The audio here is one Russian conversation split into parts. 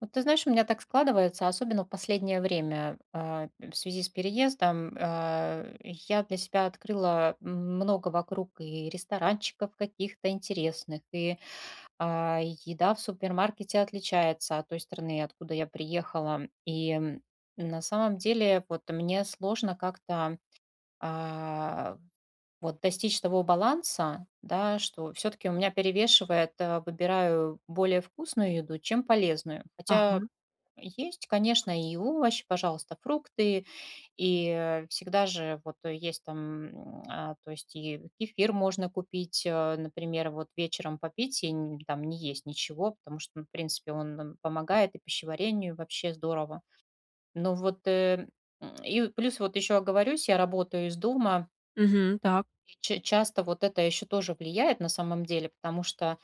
Вот ты знаешь, у меня так складывается, особенно в последнее время, в связи с переездом. Я для себя открыла много вокруг и ресторанчиков каких-то интересных, и еда в супермаркете отличается от той страны, откуда я приехала. И на самом деле вот мне сложно как-то а, вот достичь того баланса, да, что все-таки у меня перевешивает, выбираю более вкусную еду, чем полезную. Хотя Ага. есть, конечно, и овощи, пожалуйста, фрукты, и, всегда же вот есть там, то есть и кефир можно купить, например, вот вечером попить и н там не есть ничего, потому что, ну, в принципе, он, помогает и пищеварению, вообще здорово. Но вот, и плюс вот еще оговорюсь, я работаю из дома, Мгм. Так. и ч часто вот это еще тоже влияет на самом деле, потому что,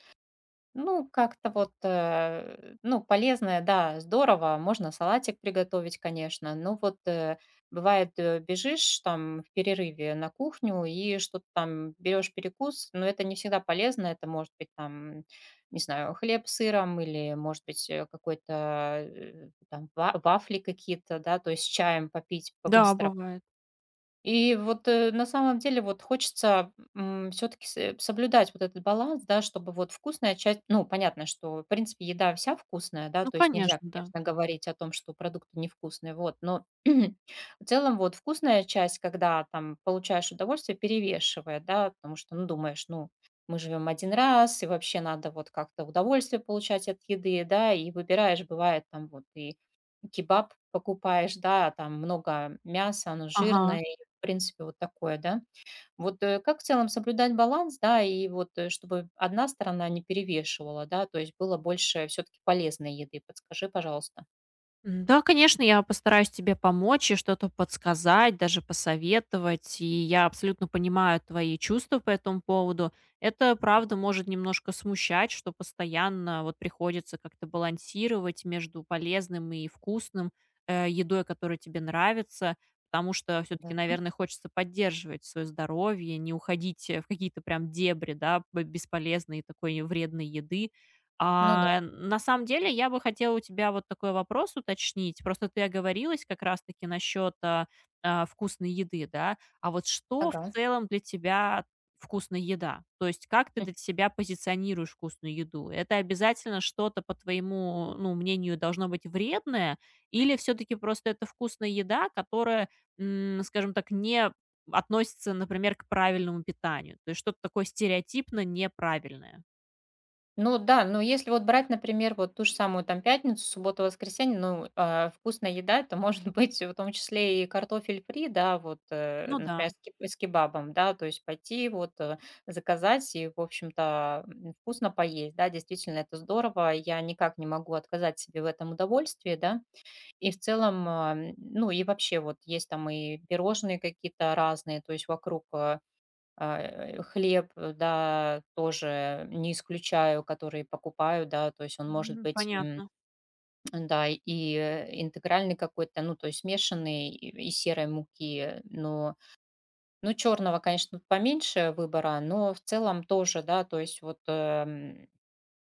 ну, как-то вот, ну, полезное, да, здорово. Можно салатик приготовить, конечно. Но вот бывает, бежишь там в перерыве на кухню и что-то там берешь перекус, но это не всегда полезно. Это может быть там, не знаю, хлеб с сыром или, может быть, какой-то там вафли какие-то, да, то есть чаем попить Да, по-быстрому. бывает. И вот, на самом деле, вот хочется, все таки соблюдать вот этот баланс, да, чтобы вот вкусная часть ну, понятно, что, в принципе, еда вся вкусная, да, Ну, то есть конечно, нельзя, да. конечно, говорить о том, что продукты невкусные, вот, но в целом вот вкусная часть, когда там получаешь удовольствие, перевешивает, да, потому что, ну, думаешь, ну, мы живем один раз, и вообще надо вот как-то удовольствие получать от еды, да, и выбираешь, бывает, там вот и кебаб покупаешь, да, там много мяса, оно Ага. жирное, и в принципе вот такое, да. Вот, как в целом соблюдать баланс, да, и вот, чтобы одна сторона не перевешивала, да, то есть было больше все таки полезной еды? Подскажи, пожалуйста. Да, конечно, я постараюсь тебе помочь и что-то подсказать, даже посоветовать. И я абсолютно понимаю твои чувства по этому поводу. Это, правда, может немножко смущать, что постоянно вот приходится как-то балансировать между полезным и вкусным едой, которая тебе нравится, потому что Да. все-таки, наверное, хочется поддерживать свое здоровье, не уходить в какие-то прям дебри, да, бесполезной такой вредной еды. Ну да. На самом деле, я бы хотела у тебя вот такой вопрос уточнить. Просто ты оговорилась как раз-таки насчет вкусной еды, да? А вот что в Ага. целом для тебя вкусная еда? То есть как ты для себя позиционируешь вкусную еду? Это обязательно что-то, по твоему, ну, мнению, должно быть вредное? Или все-таки просто это вкусная еда, которая, скажем так, не относится, например, к правильному питанию? То есть что-то такое стереотипно неправильное? Ну да, но если вот брать, например, вот ту же самую там пятницу, субботу, воскресенье, ну, вкусная еда, это может быть в том числе и картофель фри, да, вот, Ну например, да. С кебабом, да, то есть пойти вот заказать и, в общем-то, вкусно поесть, да, действительно, это здорово, я никак не могу отказать себе в этом удовольствии, да, и в целом, ну и вообще вот есть там и пирожные какие-то разные, то есть вокруг хлеб, да, тоже не исключаю, который покупаю, да, то есть он может Мгм. быть, Понятно. да, и интегральный какой-то, ну, то есть смешанный и серой муки, но, ну, черного, конечно, поменьше выбора, но в целом тоже, да, то есть вот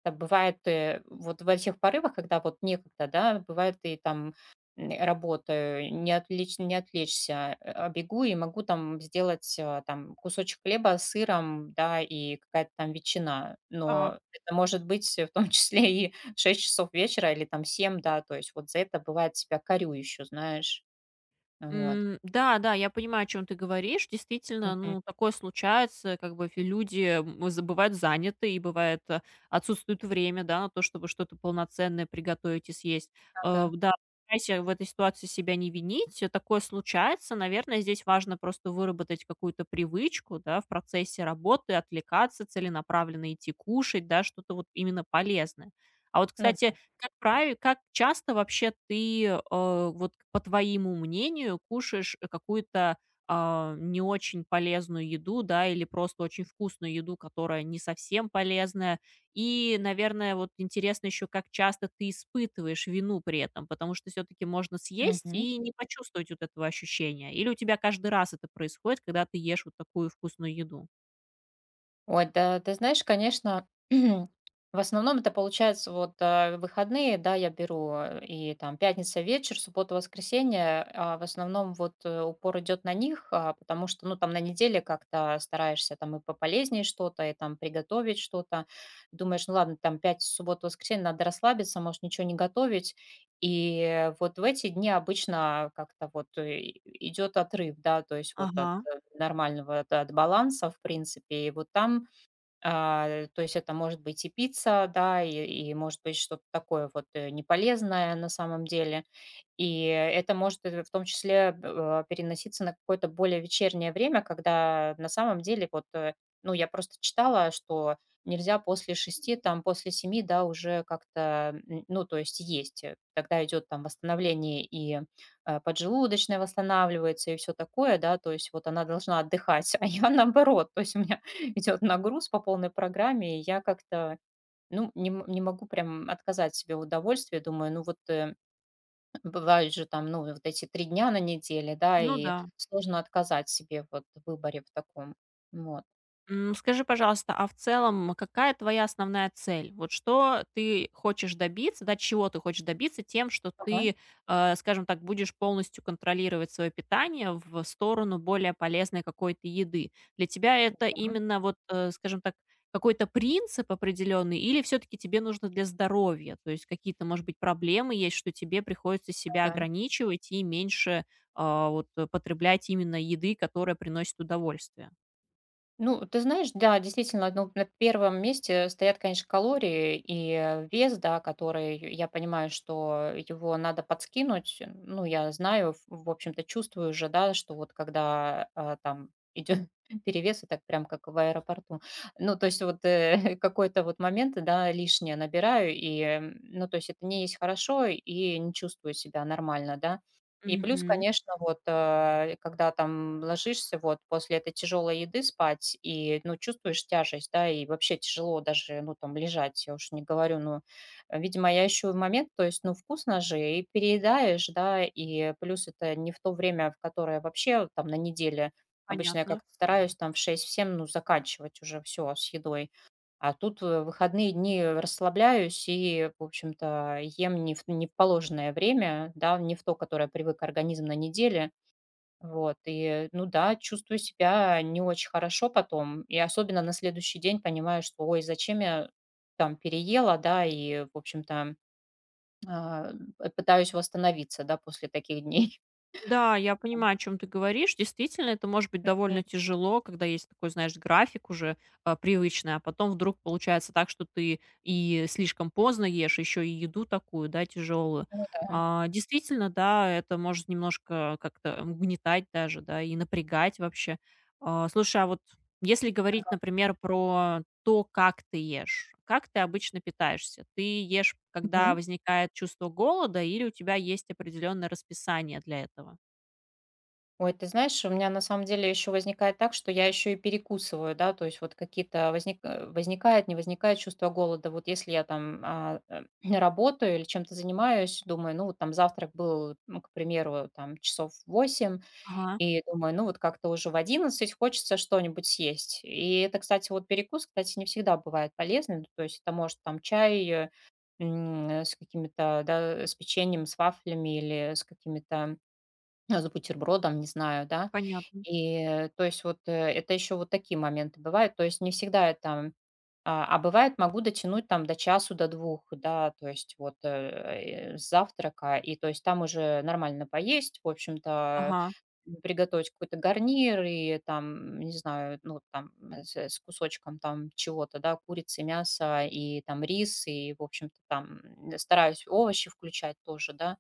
так бывает, вот во всех порывах, когда вот некогда, да, бывает и там работаю, не отвлечься, а бегу и могу там сделать там кусочек хлеба с сыром, да, и какая-то там ветчина, Так. но это может быть в том числе и 6 часов вечера или там 7, да, то есть вот за это бывает себя корю еще, знаешь, вот. Да, да, я понимаю, о чем ты говоришь. Действительно, Мгм. ну, такое случается, как бы люди бывают заняты, и бывает, отсутствует время, да, на то, чтобы что-то полноценное приготовить и съесть. Ага. Да, старайся в этой ситуации себя не винить, такое случается. Наверное, здесь важно просто выработать какую-то привычку, да, в процессе работы, отвлекаться, целенаправленно идти кушать, да, что-то вот именно полезное. А вот, Ну кстати, да. Как часто вообще ты, вот, по твоему мнению, кушаешь какую-то, не очень полезную еду, да, или просто очень вкусную еду, которая не совсем полезная? И, наверное, вот интересно еще, как часто ты испытываешь вину при этом, потому что все таки можно съесть Мгм. и не почувствовать вот этого ощущения. Или у тебя каждый раз это происходит, когда ты ешь вот такую вкусную еду? Ой, да ты знаешь, конечно, в основном это получается вот, выходные, да, я беру, и там пятница вечер, суббота, воскресенье, в основном вот, упор идет на них, потому что, ну, там на неделе как-то стараешься там и пополезнее что-то, и там приготовить что-то. Думаешь, ну ладно, там пять суббота, воскресенье, надо расслабиться, может ничего не готовить. И вот в эти дни обычно как-то вот и идет отрыв, да, то есть вот от Ага, нормального, от баланса, в принципе. И вот там то есть это может быть и пицца, да, и может быть что-то такое вот неполезное на самом деле. И это может, в том числе, переноситься на какое-то более вечернее время, когда на самом деле вот, ну, я просто читала, что нельзя после шести, там, после семи, да, уже как-то, н ну, то есть есть. Тогда идет там восстановление и, поджелудочная восстанавливается, и все такое, да, то есть вот она должна отдыхать, а я наоборот, то есть у меня идет нагруз по полной программе, и я как-то, ну, не могу прям отказать себе в удовольствии. Думаю, ну вот, бывают же там, ну, вот эти 3 дня на неделе, да, ну и да. сложно отказать себе вот в выборе в таком. Вот. Скажи, пожалуйста, а в целом какая твоя основная цель? Вот что ты хочешь добиться, да, чего ты хочешь добиться тем, что Ага, ты, скажем так, будешь полностью контролировать свое питание в сторону более полезной какой-то еды? Для тебя это да, именно вот, скажем так, какой-то принцип определенный или все-таки тебе нужно для здоровья? То есть какие-то, может быть, проблемы есть, что тебе приходится себя ага. ограничивать и меньше, потреблять именно еды, которая приносит удовольствие? Ну, ты знаешь, да, действительно, ну, на первом месте стоят, конечно, калории и вес, да, который я понимаю, что его надо подскинуть. Ну, я знаю, в общем-то, чувствую уже, да, что вот когда там идет перевес, и так прям как в аэропорту. Ну, то есть вот какой-то вот момент, да, лишнее набираю, и, ну, то есть это не есть хорошо, и не чувствую себя нормально, да. И плюс, Мгм. конечно, вот, когда там ложишься вот после этой тяжелой еды спать и, ну, чувствуешь тяжесть, да, и вообще тяжело даже, ну, там лежать, я уж не говорю, ну, видимо, я ищу момент, то есть, ну, вкусно же, и переедаешь, да, и плюс это не в то время, в которое вообще там на неделе, обычно я Понятно. как-то стараюсь там в шесть 7 ну, заканчивать уже все с едой. А тут, выходные дни расслабляюсь и, в общем-то, ем не в положенное время, да, не в то, которое привык организм на неделе. Вот, и, ну да, чувствую себя не очень хорошо потом. И особенно на следующий день понимаю, что, ой, зачем я там переела, да, и, в общем-то, а, п пытаюсь восстановиться, да, после таких дней. Да, я понимаю, о чем ты говоришь. Действительно, это может быть М, довольно тяжело, когда есть такой, знаешь, график уже, привычный, а потом вдруг получается так, что ты и слишком поздно ешь, еще и еду такую, да, тяжелую. ну да. Действительно, да, это может немножко как-то угнетать даже, да, и напрягать вообще. Слушай, а вот если говорить, например, про то, как ты ешь. Как ты обычно питаешься? Ты ешь, когда Мгм. возникает чувство голода, или у тебя есть определенное расписание для этого? Ой, ты знаешь, у меня на самом деле еще возникает так, что я еще и перекусываю, да, то есть вот какие-то возникает, не возникает чувство голода. Вот если я там работаю или чем-то занимаюсь, думаю, ну вот там завтрак был, ну, к примеру, там часов 8, Ага, и думаю, ну вот как-то уже в 11 хочется что-нибудь съесть. И это, кстати, вот перекус, кстати, не всегда бывает полезным, ну, то есть это может там чай с какими-то, да, с печеньем, с вафлями или с какими-то с бутербродом, не знаю, да. понятно. И то есть вот это еще вот такие моменты бывают. То есть не всегда это. А бывает, могу дотянуть там до часу, до двух, да, то есть вот с завтрака, и то есть там уже нормально поесть, в общем-то, Ага, приготовить какой-то гарнир и там, не знаю, ну там с кусочком там чего-то, да, курицы, мяса и там рис, и, в общем-то, там стараюсь овощи включать тоже, да,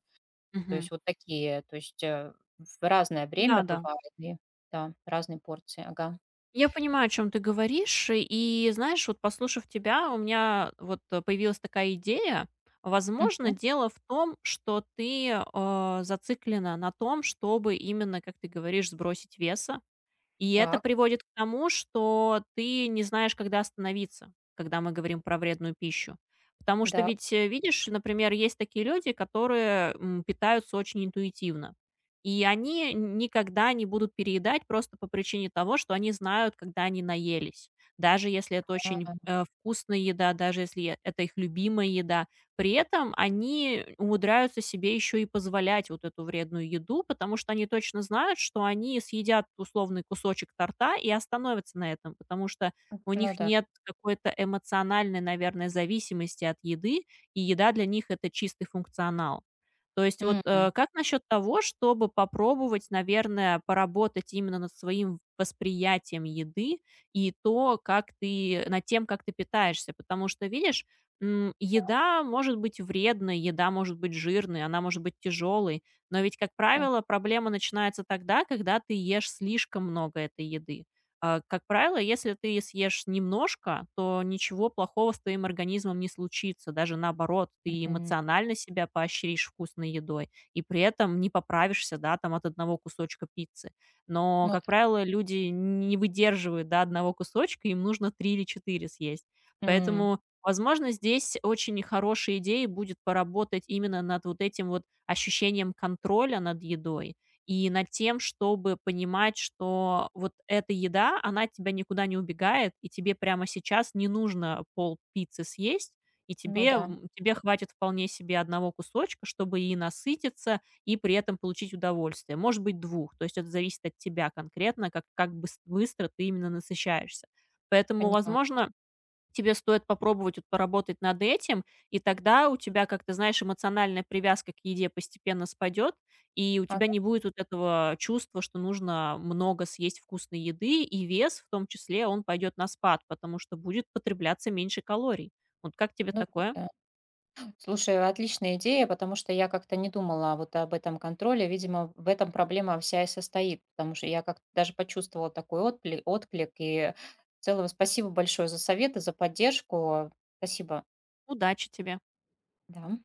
то мгм. есть вот такие, то есть, в разное время Да-да. бывает, и да, разные порции, ага. Я понимаю, о чем ты говоришь. И знаешь, вот послушав тебя, у меня вот, появилась такая идея. Возможно, Мгм. дело в том, что ты, зациклена на том, чтобы именно, как ты говоришь, сбросить веса, и это Так, приводит к тому, что ты не знаешь, когда остановиться, когда мы говорим про вредную пищу. Потому что да, ведь, видишь, например, есть такие люди, которые питаются очень интуитивно. И они никогда не будут переедать просто по причине того, что они знают, когда они наелись. Даже если это очень да, вкусная еда, даже если это их любимая еда, при этом они умудряются себе еще и позволять вот эту вредную еду, потому что они точно знают, что они съедят условный кусочек торта и остановятся на этом, потому что у ну них да. нет какой-то эмоциональной, наверное, зависимости от еды, и еда для них — это чистый функционал. То есть вот, М, как насчет того, чтобы попробовать, наверное, поработать именно над своим восприятием еды и то, как ты, над тем, как ты питаешься? Потому что, видишь, еда может быть вредной, еда может быть жирной, она может быть тяжелой, но ведь, как ага, правило, проблема начинается тогда, когда ты ешь слишком много этой еды. Как правило, если ты съешь немножко, то ничего плохого с твоим организмом не случится. Даже наоборот, ты мгм. эмоционально себя поощришь вкусной едой и при этом не поправишься, да, там от одного кусочка пиццы. Но, Ну как да, правило, люди не выдерживают до одного кусочка, им нужно три или четыре съесть. м, Поэтому возможно, здесь очень хорошей идеей будет поработать именно над вот этим вот ощущением контроля над едой и над тем, чтобы понимать, что вот эта еда, она от тебя никуда не убегает, и тебе прямо сейчас не нужно пол-пиццы съесть, и ну тебе, да, тебе хватит вполне себе одного кусочка, чтобы и насытиться, и при этом получить удовольствие. Может быть, двух. То есть это зависит от тебя конкретно, как быстро ты именно насыщаешься. Поэтому, поняла. возможно, тебе стоит попробовать вот поработать над этим, и тогда у тебя, как ты знаешь, эмоциональная привязка к еде постепенно спадет, и у тебя Ага, не будет вот этого чувства, что нужно много съесть вкусной еды, и вес в том числе, он пойдет на спад, потому что будет потребляться меньше калорий. Вот как тебе ну такое? да. Слушай, отличная идея, потому что я как-то не думала вот об этом контроле. Видимо, в этом проблема вся и состоит, потому что я как-то даже почувствовала такой отклик, отклик. И в целом спасибо большое за советы, за поддержку. Спасибо. Удачи тебе! Да.